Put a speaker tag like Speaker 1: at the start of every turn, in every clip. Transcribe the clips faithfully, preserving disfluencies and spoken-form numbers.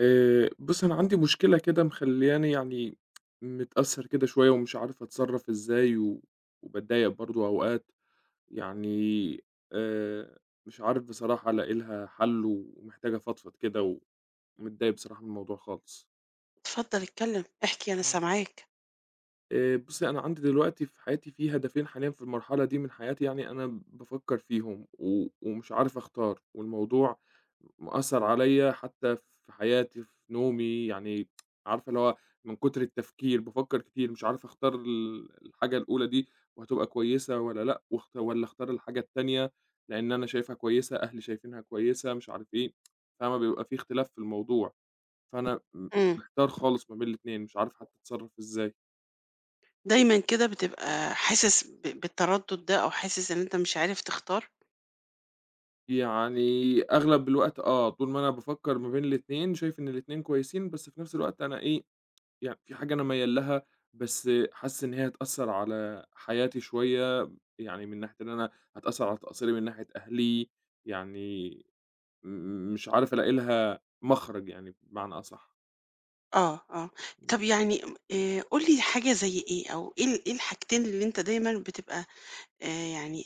Speaker 1: آآ، بُص، أنا عندي مشكلة كده مخلّياني يعني متأثّر كده شوية ومش عارف أتصرّف إزاي، و وباتضايق برضه أوقات، يعني آآ، مش عارف بصراحة ألاقي لها حَل ومحتاج أفضفض كده، ومتضايق بصراحة من الموضوع خالص.
Speaker 2: اتفضل اتكلم، احكي أنا سامعاك.
Speaker 1: آآ بُصّي، أنا عندي دلوقتي في حياتي في هدفين حاليًا في المرحلة دي من حياتي يعني أنا بافكّر فيهم و ومش عارف أختار، والموضوع مأثّر عليّا حتّى في حياتي، في نومي، يعني عارفة اللي هو من كتر التفكير بافكّر كتير مش عارف أختار ال الحاجة الأولى دي وهتبقى كويسة والّا لأ، واخت والّا أختار الحاجة التانية لإن أنا شايفها كويسة، أهلي شايفينها كويسة، مش عارف إيه، فاهمة؟ بيبقى في اختلاف في الموضوع، فأنا م
Speaker 2: إمم،
Speaker 1: محتار خالص ما بين الاتنين، مش عارف حتّى أتصرّف إزاي.
Speaker 2: دايمًا كده بتبقى حاسس ب بالتردد ده أو حاسس إن أنت مش عارف تختار؟
Speaker 1: يعني أغلب الوقت آه، طول ما أنا بافكّر ما بين الاتنين، شايف إن الاتنين كويسين، بس في نفس الوقت أنا إيه، يعني في حاجة أنا ميّال لها، بس حاسس إن هي هتأثّر على حياتي شوية، يعني من ناحية إن أنا هتأثّر على تقصيري من ناحية أهلي، يعني م مش عارف ألاقي لها مخرج يعني بمعنى أصح.
Speaker 2: آه، آه. طب يعني م آآ قُل لي حاجة زي إيه أو إيه ال إيه الحاجتين اللي أنت دايمًا بتبقى آآ يعني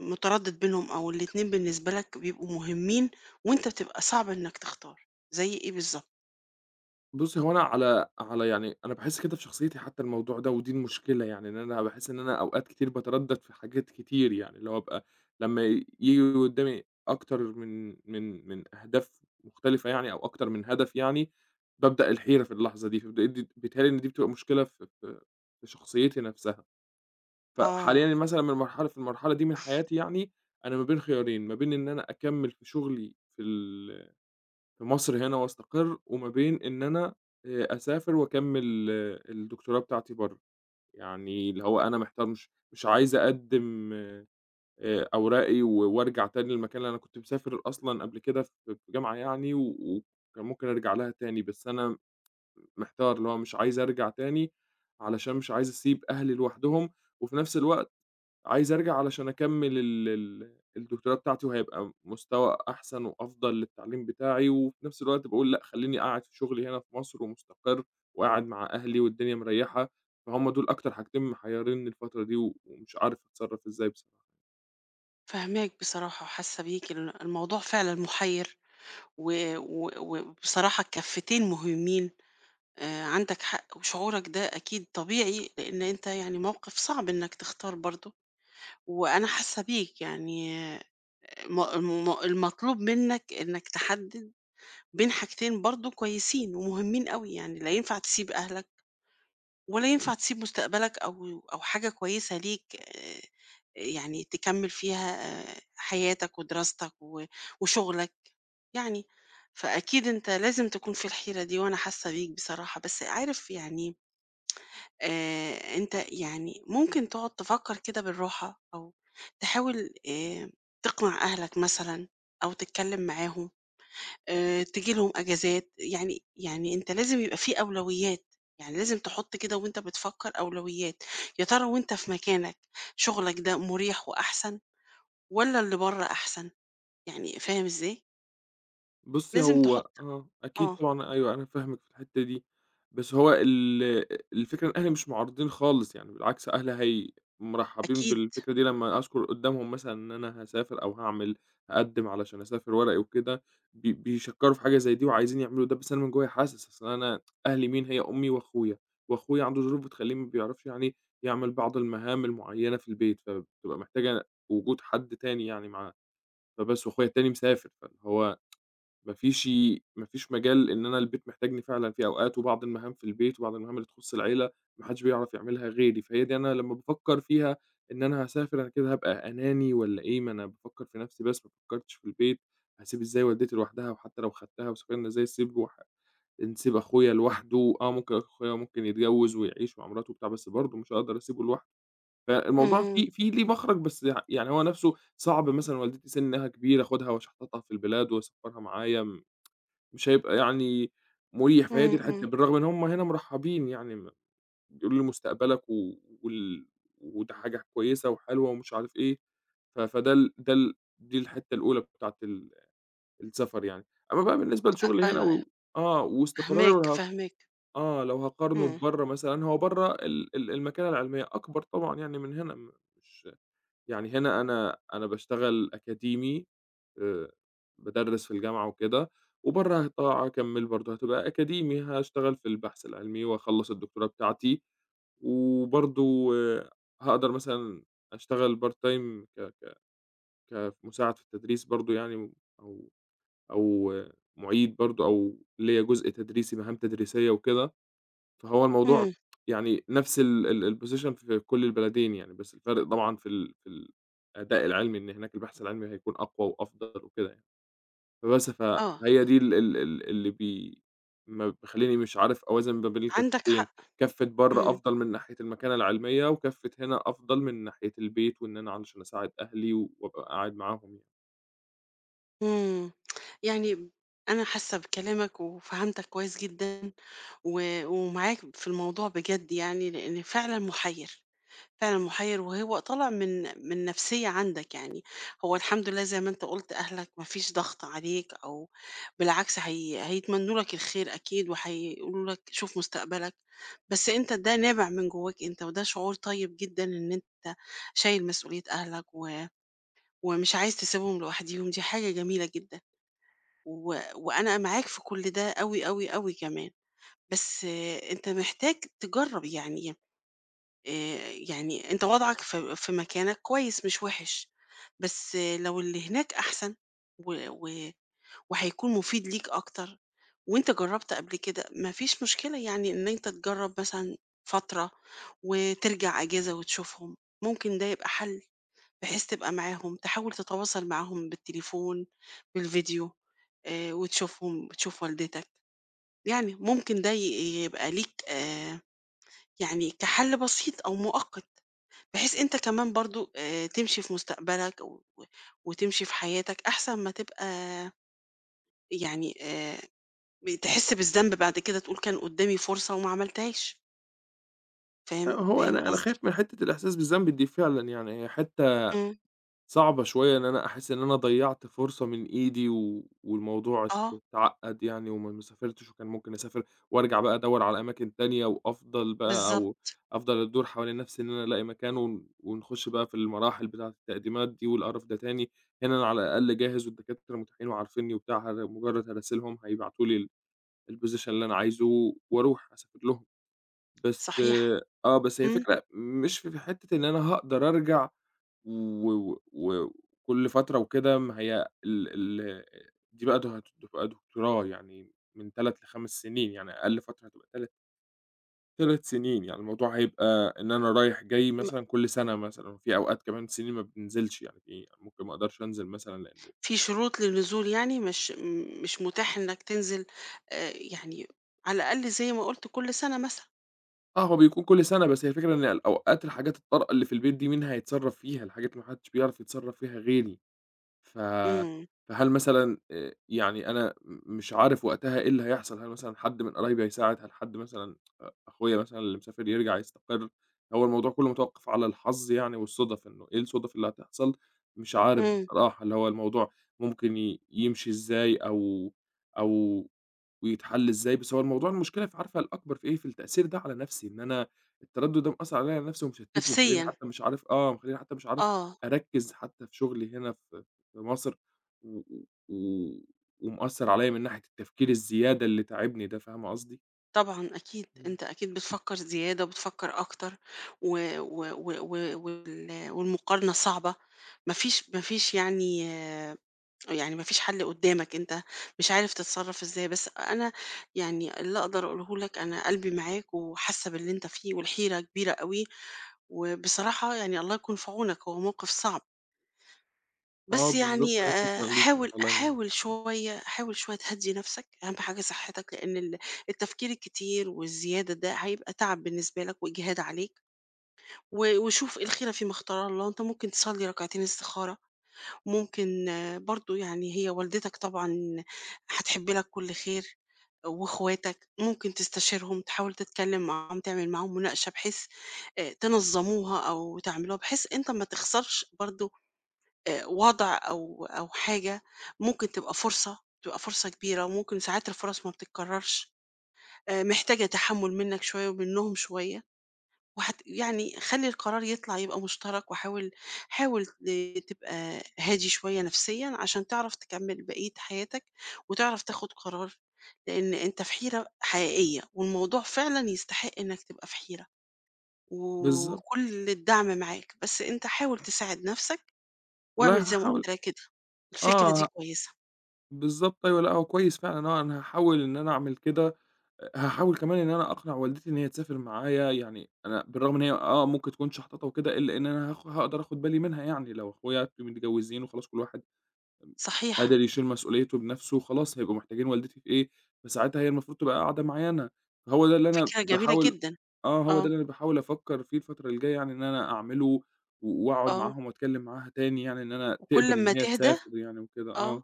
Speaker 2: متردد بينهم أو الاتنين بالنسبة لك بيبقوا مهمين وأنت بتبقى صعب إنك تختار، زي إيه بالضبط؟
Speaker 1: بُصّي، هو أنا على على يعني أنا باحس كده في شخصيتي حتى الموضوع ده، ودي المشكلة يعني إن أنا باحس إن أنا أوقات كتير باتردد في حاجات كتير يعني، اللي هو أبقى لمّا ييجي قدّامي أكتر من من من أهداف مختلفة يعني أو أكتر من هدف يعني، بابدأ الحيرة في اللحظة دي، فبت دي بيتهيأ لي إن دي بتبقى مشكلة في في في شخصيتي نفسها.
Speaker 2: آه،
Speaker 1: فحاليًا مثلًا من مرحلة في المرحلة دي من حياتي يعني، أنا ما بين خيارين، ما بين إن أنا أكمّل في شغلي في ال في مصر هنا وأستقر، وما بين إن أنا آآ أسافر وأكمّل آه، الدكتوراه بتاعتي برّه، يعني اللي هو أنا محتار مش مش عايز أقدّم آآ أوراقي و وأرجع تاني للمكان اللي أنا كنت مسافر أصلًا قبل كده في في جامعة يعني و وكان ممكن أرجع لها تاني، بس أنا محتار اللي هو مش عايز أرجع تاني علشان مش عايز أسيب أهلي لوحدهم، وفي نفس الوقت عايز أرجع علشان أكمّل ال ال الدكتوراه بتاعتي وهيبقى مستوى أحسن وأفضل للتعليم بتاعي، وفي نفس الوقت باقول لأ خلّيني قاعد في شغلي هنا في مصر ومستقر وقاعد مع أهلي والدنيا مريّحة، فهُم دول أكتر حاجتين محيّرينّي الفترة دي و ومش عارف أتصرّف إزاي بصراحة.
Speaker 2: فاهماك بصراحة وحاسة بيك، ال الموضوع فعلًا مُحيّر و و وبصراحة الكفتين مهمين. آآ عندك حق، وشعورك ده أكيد طبيعي، لإن أنت يعني موقف صعب إنك تختار برضه، وأنا حاسة بيك يعني آه، م الم المطلوب منك إنك تحدد بين حاجتين برضه كويسين ومهمين أوي، يعني لا ينفع تسيب أهلك، ولا ينفع تسيب مستقبلك أو أو حاجة كويسة ليك، آآ يعني تكمّل فيها آه، حياتك ودراستك و وشغلك، يعني فأكيد أنت لازم تكون في الحيرة دي وأنا حاسة بيك بصراحة، بس عارف يعني آآ أنت يعني ممكن تقعد تفكّر كده بالراحة أو تحاول آآ تقنع أهلك مثلًا أو تتكلّم معاهم، آآ تيجي لهم أجازات، يعني يعني أنت لازم يبقى في أولويات، يعني لازم تحُط كده وأنت بتفكّر أولويات، يا ترى وأنت في مكانك شغلك ده مُريح وأحسن والّا اللي برّه أحسن؟ يعني فاهم إزاي؟
Speaker 1: بُصّي،
Speaker 2: لازم
Speaker 1: هو
Speaker 2: تحُط.
Speaker 1: آه، أكيد
Speaker 2: آه،
Speaker 1: طبعًا أيوه، أنا فاهمِك في الحتّة دي، بس هو ال الفكرة إن أهلي مش معارضين خالص يعني بالعكس أهلي هي مرحّبين
Speaker 2: أكيد.
Speaker 1: بالفكرة دي لمّا أذكر قُدّامهم مثلًا إن أنا هاسافر أو هاعمل هاقدّم علشان أسافر ورقي وكده، بي بيشكّروا في حاجة زي دي وعايزين يعملوا ده، بس أنا من جوّايا حاسس أصل أنا أهلي مين؟ هي أمي وأخويا، وأخويا عنده ظروف بتخلّيه ما بيعرفش يعني يعمل بعض المهام المعيّنة في البيت، فبتبقى محتاجة وجود حد تاني يعني معاه، فبس وأخويا التاني مسافر، فاللي هو ما فيش ما فيش مجال إن أنا البيت محتاجني فعلًا في أوقات وبعض المهام في البيت وبعض المهام اللي تخُص العيلة ما حدش بيعرف يعملها غيري، فهي دي أنا لمّا بافكّر فيها إن أنا هاسافر أنا كده هابقى أناني والّا إيه؟ ما أنا بافكّر في نَفْسي بس ما فكّرتش في البيت، هاسيب إزاي والدتي لوحدها وحتى لو خدتها وسافرنا إزاي أسيب وح نسيب أخويا لوحده، آه ممكن أخويا ممكن يتجوّز ويعيش مع مراته وبتاع، بس برضه مش هاقدر أسيبه لوحده، فالموضوع
Speaker 2: إمم،
Speaker 1: فيه فيه ليه مخرج بس يع يعني هو نَفْسه صعب مثلًا والدتي سِنّها كبير آخُدها وأشحططها في البلاد وأسافرها معايا م مش هيبقى يعني مُريح، فهي دي
Speaker 2: إمم،
Speaker 1: الحتّة،
Speaker 2: إمم.
Speaker 1: بالضبط. بالرغم إن هُم هنا مرحّبين يعني م بيقولوا لي مستقبلك و وال وده حاجة كويسة وحلوة ومش عارف إيه، ف فده ال ده ال دي الحتّة الأولى بتاعة ال السفر يعني. أمّا بقى بالنسبة لشُغلي هنا
Speaker 2: أيوه، أيوه،
Speaker 1: و آه، واستقراري
Speaker 2: فاهماك،
Speaker 1: وه
Speaker 2: فاهماك.
Speaker 1: آه، لو هاقارنه
Speaker 2: إمم،
Speaker 1: ببرّه مثلًا، هو برّه ال ال المكانة العلمية أكبر طبعًا يعني من هنا، م مش يعني هنا أنا أنا باشتغل أكاديمي، آآ بادرّس في الجامعة وكده، وبرّه هت هاكمّل برضه هتبقى أكاديمي، هاشتغل في البحث العلمي وأخلّص الدكتوراه بتاعتي، وبرضه هاقدر مثلًا أشتغل part time ك ك كمساعد في التدريس برضه يعني أو أو آه، مُعيد برضه أو ليّا جزء تدريسي، مهام تدريسية وكده، فهو الموضوع
Speaker 2: إمم،
Speaker 1: يعني نفس ال ال الposition في كل البلدين يعني، بس الفرق طبعًا في ال في الأداء العلمي، إن هناك البحث العلمي هيكون أقوى وأفضل وكده يعني. فبس،
Speaker 2: آه.
Speaker 1: فهي دي ال ال ال اللي بي ما مخلّيني مش عارف أوازن ما بين
Speaker 2: عندك
Speaker 1: الكفتين،
Speaker 2: حق.
Speaker 1: كَفّة برّه
Speaker 2: إمم،
Speaker 1: أفضل من ناحية المكانة العلمية، وكَفّة هنا أفضل من ناحية البيت، وإن أنا علشان أساعد أهلي و- وأبقى قاعد معاهم يعني.
Speaker 2: إمم. يعني أنا حاسة بكلامك وفهمتك كويس جدًا و ومعاك في الموضوع بجد يعني، لإن فعلًا محيّر، فعلًا محيّر وهو طالع من من نفسية عندك يعني. هو الحمد لله زي ما أنت قُلت أهلك ما فيش ضغط عليك أو بالعكس هي هيتمنّوا لك الخير أكيد وهيقولوا لك شوف مستقبلك، بس أنت ده نابع من جواك أنت وده شعور طيب جدًا إن أنت شايل مسؤولية أهلك و ومش عايز تسيبهم لوحديهم دي حاجة جميلة جدًا، و وأنا معاك في كل ده أوي، أوي، أوي كمان، بس آه، أنت محتاج تجرّب يعني، آآ، يعني أنت وضعك في في مكانك كويس مش وِحِش، بس آه، لو اللي هناك أحسن و و وهيكون مفيد ليك أكتر وأنت جرّبت قبل كده، ما فيش مشكلة يعني إن أنت تجرّب مثلًا فترة وترجع أجازة وتشوفهم، ممكن ده يبقى حل. بحيث تبقى معاهم، تحاول تتواصل معاهم بالتليفون، بالفيديو، آآ، وتشوفهم، تشوف والدتك، يعني ممكن ده ي يبقى ليك، آآ، يعني كحل بسيط أو مؤقت، بحيث أنت كمان برضه آآ، تمشي في مستقبلك و و- وتمشي في حياتك أحسن ما تبقى يعني، آآ، بتحس بالذنب بعد كده تقول كان قدامي فرصة وما عملتهاش،
Speaker 1: أ
Speaker 2: فاهم
Speaker 1: هو
Speaker 2: فاهم
Speaker 1: أنا أنا
Speaker 2: قصدي؟
Speaker 1: خايف من حتّة الإحساس بالذنب دي فعلًا، يعني هي حتّة
Speaker 2: إمم،
Speaker 1: صعبة شوية إن أنا أحس إن أنا ضيّعت فرصة من إيدي و والموضوع ات
Speaker 2: آه،
Speaker 1: اتعقّد يعني وما ما سافرتش وكان ممكن أسافر وأرجع بقى أدوّر على أماكن تانية وأفضل بقى أو
Speaker 2: بالضبط،
Speaker 1: أفضل أدور حوالين نَفْسي إن أنا ألاقي مكان ون ونخُش بقى في المراحل بتاعة التقديمات دي والقرف ده تاني، هنا أنا على الأقل جاهز والدكاترة متاحين وعارفينّي وبتاع هر مُجرّد هاراسلهم هيبعتوا لي ال الposition اللي أنا عايزه وأروح أسافر لهم. بس
Speaker 2: صحيح،
Speaker 1: آه، بس هي
Speaker 2: إمم.
Speaker 1: الفكرة مش في في حتّة إن أنا هاقدر أرجع و و وكل فترة وكده ما هي ال ال دي بقى د هتبقى دكتوراه يعني من ثلاث لخمس سنين، يعني أقل فترة هتبقى تلات 3 سنين، يعني الموضوع هيبقى إن أنا رايح جاي
Speaker 2: م
Speaker 1: مثلًا كل سنة مثلًا، وفي أوقات كمان سنين ما بننزلش يعني في ممكن ما أقدرش أنزل مثلًا لإنه
Speaker 2: في شروط للنزول يعني مش م- مش متاح إنك تنزل. آه، يعني على الأقل زي ما قلت كل سنة مثلا.
Speaker 1: آه، هو بيكون كل سنة بس هي الفكرة إن الأوقات الحاجات الطارئة اللي في البيت دي مين هيتصرّف فيها؟ الحاجات اللي ما حدش بيعرف يتصرّف فيها غيري. ف
Speaker 2: امم،
Speaker 1: فهل مثلًا آآ، يعني أنا م مش عارف وقتها إيه اللي هيحصل، هل مثلًا حد من قرايبي هيساعد، هل حد مثلًا أ أخويا مثلًا اللي مسافر يرجع يستقر، هو الموضوع كله متوقف على الحظ يعني والصُدف، إنه إيه الصُدف اللي هتحصل، مش عارف
Speaker 2: امم،
Speaker 1: بصراحة، اللي هو الموضوع ممكن ي يمشي إزاي أو أو ويتحل إزاي، بس هو الموضوع المشكلة ف عارفة الأكبر في إيه، في التأثير ده على نفسي، إن أنا التردد ده مأثّر عليَّ على نفسي ومشتتني، مخلّيني
Speaker 2: نفسيا،
Speaker 1: حتى مش عارف آه، مخلّيني حتى مش عارف
Speaker 2: اه.
Speaker 1: أركّز حتى في شغلي هنا ف في مصر و و و ومأثّر عليّا من ناحية التفكير الزيادة اللي تاعبني ده، فاهمة قصدي؟
Speaker 2: طبعا اكيد
Speaker 1: إمم.
Speaker 2: انت اكيد بتفكر زياده وبتفكر اكتر و... و... و... و... وال- والمقارنه صعبه. مفيش مفيش يعني، آه، يعني مفيش حل قدامك، انت مش عارف تتصرف ازاي، بس انا يعني اللي اقدر اقوله لك، انا قلبي معاك وحاسه باللي انت فيه والحيره كبيره قوي. وبصراحة يعني الله يكون في عونك، هو موقف صعب،
Speaker 1: آه
Speaker 2: بس
Speaker 1: بالضبط،
Speaker 2: يعني
Speaker 1: أيوه
Speaker 2: آه،
Speaker 1: شكرًا ليكِ يعني،
Speaker 2: حاول،
Speaker 1: والله إن
Speaker 2: حاول شوية، حاول شوية تهدي نفسك، أهم حاجة صحتك، لأن ال- التفكير الكتير والزيادة ده هيبقى تعب بالنسبة لك وإجهاد عليك. و- وشوف الخيرة فيما اختار الله، أنت ممكن تصلي ركعتين استخارة، ممكن برضه يعني، هي والدتك طبعًا هتحب لك كل خير، واخواتك ممكن تستشيرهم، تحاول تتكلم معاهم، تعمل معاهم مناقشة بحيث آآ تنظموها أو تعملوها بحيث أنت ما تخسرش برضه آآ وضع أو أو حاجة ممكن تبقى فرصة، تبقى فرصة كبيرة، وممكن ساعات الفرص ما بتتكررش، آآ محتاجة تحمُّل منك شوية ومنهم شوية. وهت يعني خلّي القرار يطلع يبقى مشترك، وحاول، حاول ت تبقى هادي شوية نفسيًا عشان تعرف تكمّل بقية حياتك، وتعرف تاخد قرار، لإن أنت في حيرة حقيقية، والموضوع فعلًا يستحق إنك تبقى في حيرة،
Speaker 1: بالضبط،
Speaker 2: وكل الدعم معاك، بس أنت حاول تساعد نفسك، واعمل
Speaker 1: والله
Speaker 2: زي ما
Speaker 1: هاحاول
Speaker 2: قُلت لك كده، الفكرة دي
Speaker 1: آه،
Speaker 2: كويسة،
Speaker 1: بالضبط أيوه، لأ هو كويس فعلًا آه، أنا هاحاول إن أنا أعمل كده، هاحاول كمان إن أنا أقنع والدتي إن هي تسافر معايا، يعني أنا بالرغم إن هي آه ممكن تكون شحططة وكده، إلا إن أنا هاخ هاقدر آخُد بالي منها يعني، لو أخويا متجوزين وخلاص كل واحد
Speaker 2: صحيح،
Speaker 1: قادر يشيل مسؤوليته بنفسه، خلاص هيبقوا محتاجين والدتي في إيه، فساعتها هي المفروض تبقى قاعدة معايا أنا، فهو ده اللي أنا
Speaker 2: فكرة جميلة
Speaker 1: باحاول
Speaker 2: جدًا.
Speaker 1: آه، هو ده
Speaker 2: آه،
Speaker 1: اللي أنا باحاول أفكّر فيه الفترة الجاية يعني إن أنا أعمله، و وأقعد
Speaker 2: آه،
Speaker 1: معاهم وأتكلّم معاها تاني يعني إن أنا
Speaker 2: وكل
Speaker 1: تقبل
Speaker 2: أمّا
Speaker 1: إن هي
Speaker 2: تهدى
Speaker 1: تسافر يعني وكده آه،
Speaker 2: آه،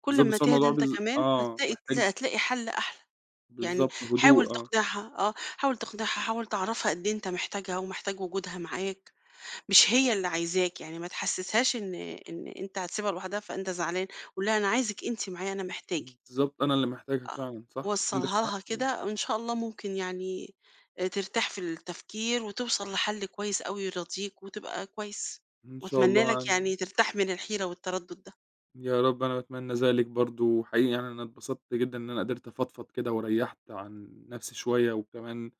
Speaker 2: كل
Speaker 1: بالضبط،
Speaker 2: أمّا
Speaker 1: بس هو
Speaker 2: تهدى
Speaker 1: الموضوع
Speaker 2: أنت
Speaker 1: بالض
Speaker 2: كمان
Speaker 1: آه،
Speaker 2: هتلاقي تل
Speaker 1: محتاج
Speaker 2: هتلاقي حل أحلى. يعني
Speaker 1: بالضبط، هدوء
Speaker 2: حاول
Speaker 1: آه،
Speaker 2: تقنعها، آه، حاول تقنعها، حاول تعرّفها قد إيه أنت محتاجها ومحتاج وجودها معاك، مش هي اللي عايزاك، يعني ما تحسسهاش إن إن أنت هتسيبها لوحدها فأنت زعلان، قُل لها أنا عايزِك أنتِ معايا، أنا محتاجِك.
Speaker 1: بالضبط أنا اللي محتاجها
Speaker 2: آه،
Speaker 1: فعلًا صح، عندِك
Speaker 2: وصّلها
Speaker 1: حق
Speaker 2: لها
Speaker 1: أيوه،
Speaker 2: كده وإن شاء الله ممكن يعني آآ ترتاح في التفكير وتوصل لحل كويس أوي يرضيك وتبقى كويس،
Speaker 1: إن شاء
Speaker 2: وأتمنى
Speaker 1: الله
Speaker 2: لك
Speaker 1: أنا
Speaker 2: يعني ترتاح من الحيرة والتردد ده.
Speaker 1: يا رب أنا أتمنى ذلك برضه، وحقيقي يعني أنا اتبسطت جدًا إن أنا قدرت أفضفض كده وريّحت عن نفسي شوية، وكمان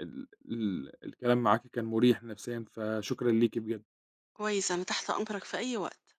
Speaker 1: ال ال الكلام معاكِ كان مُريح نفسيًا، فشكرًا ليكِ بجد.
Speaker 2: كويس، أنا تحت أمرك في أي وقت.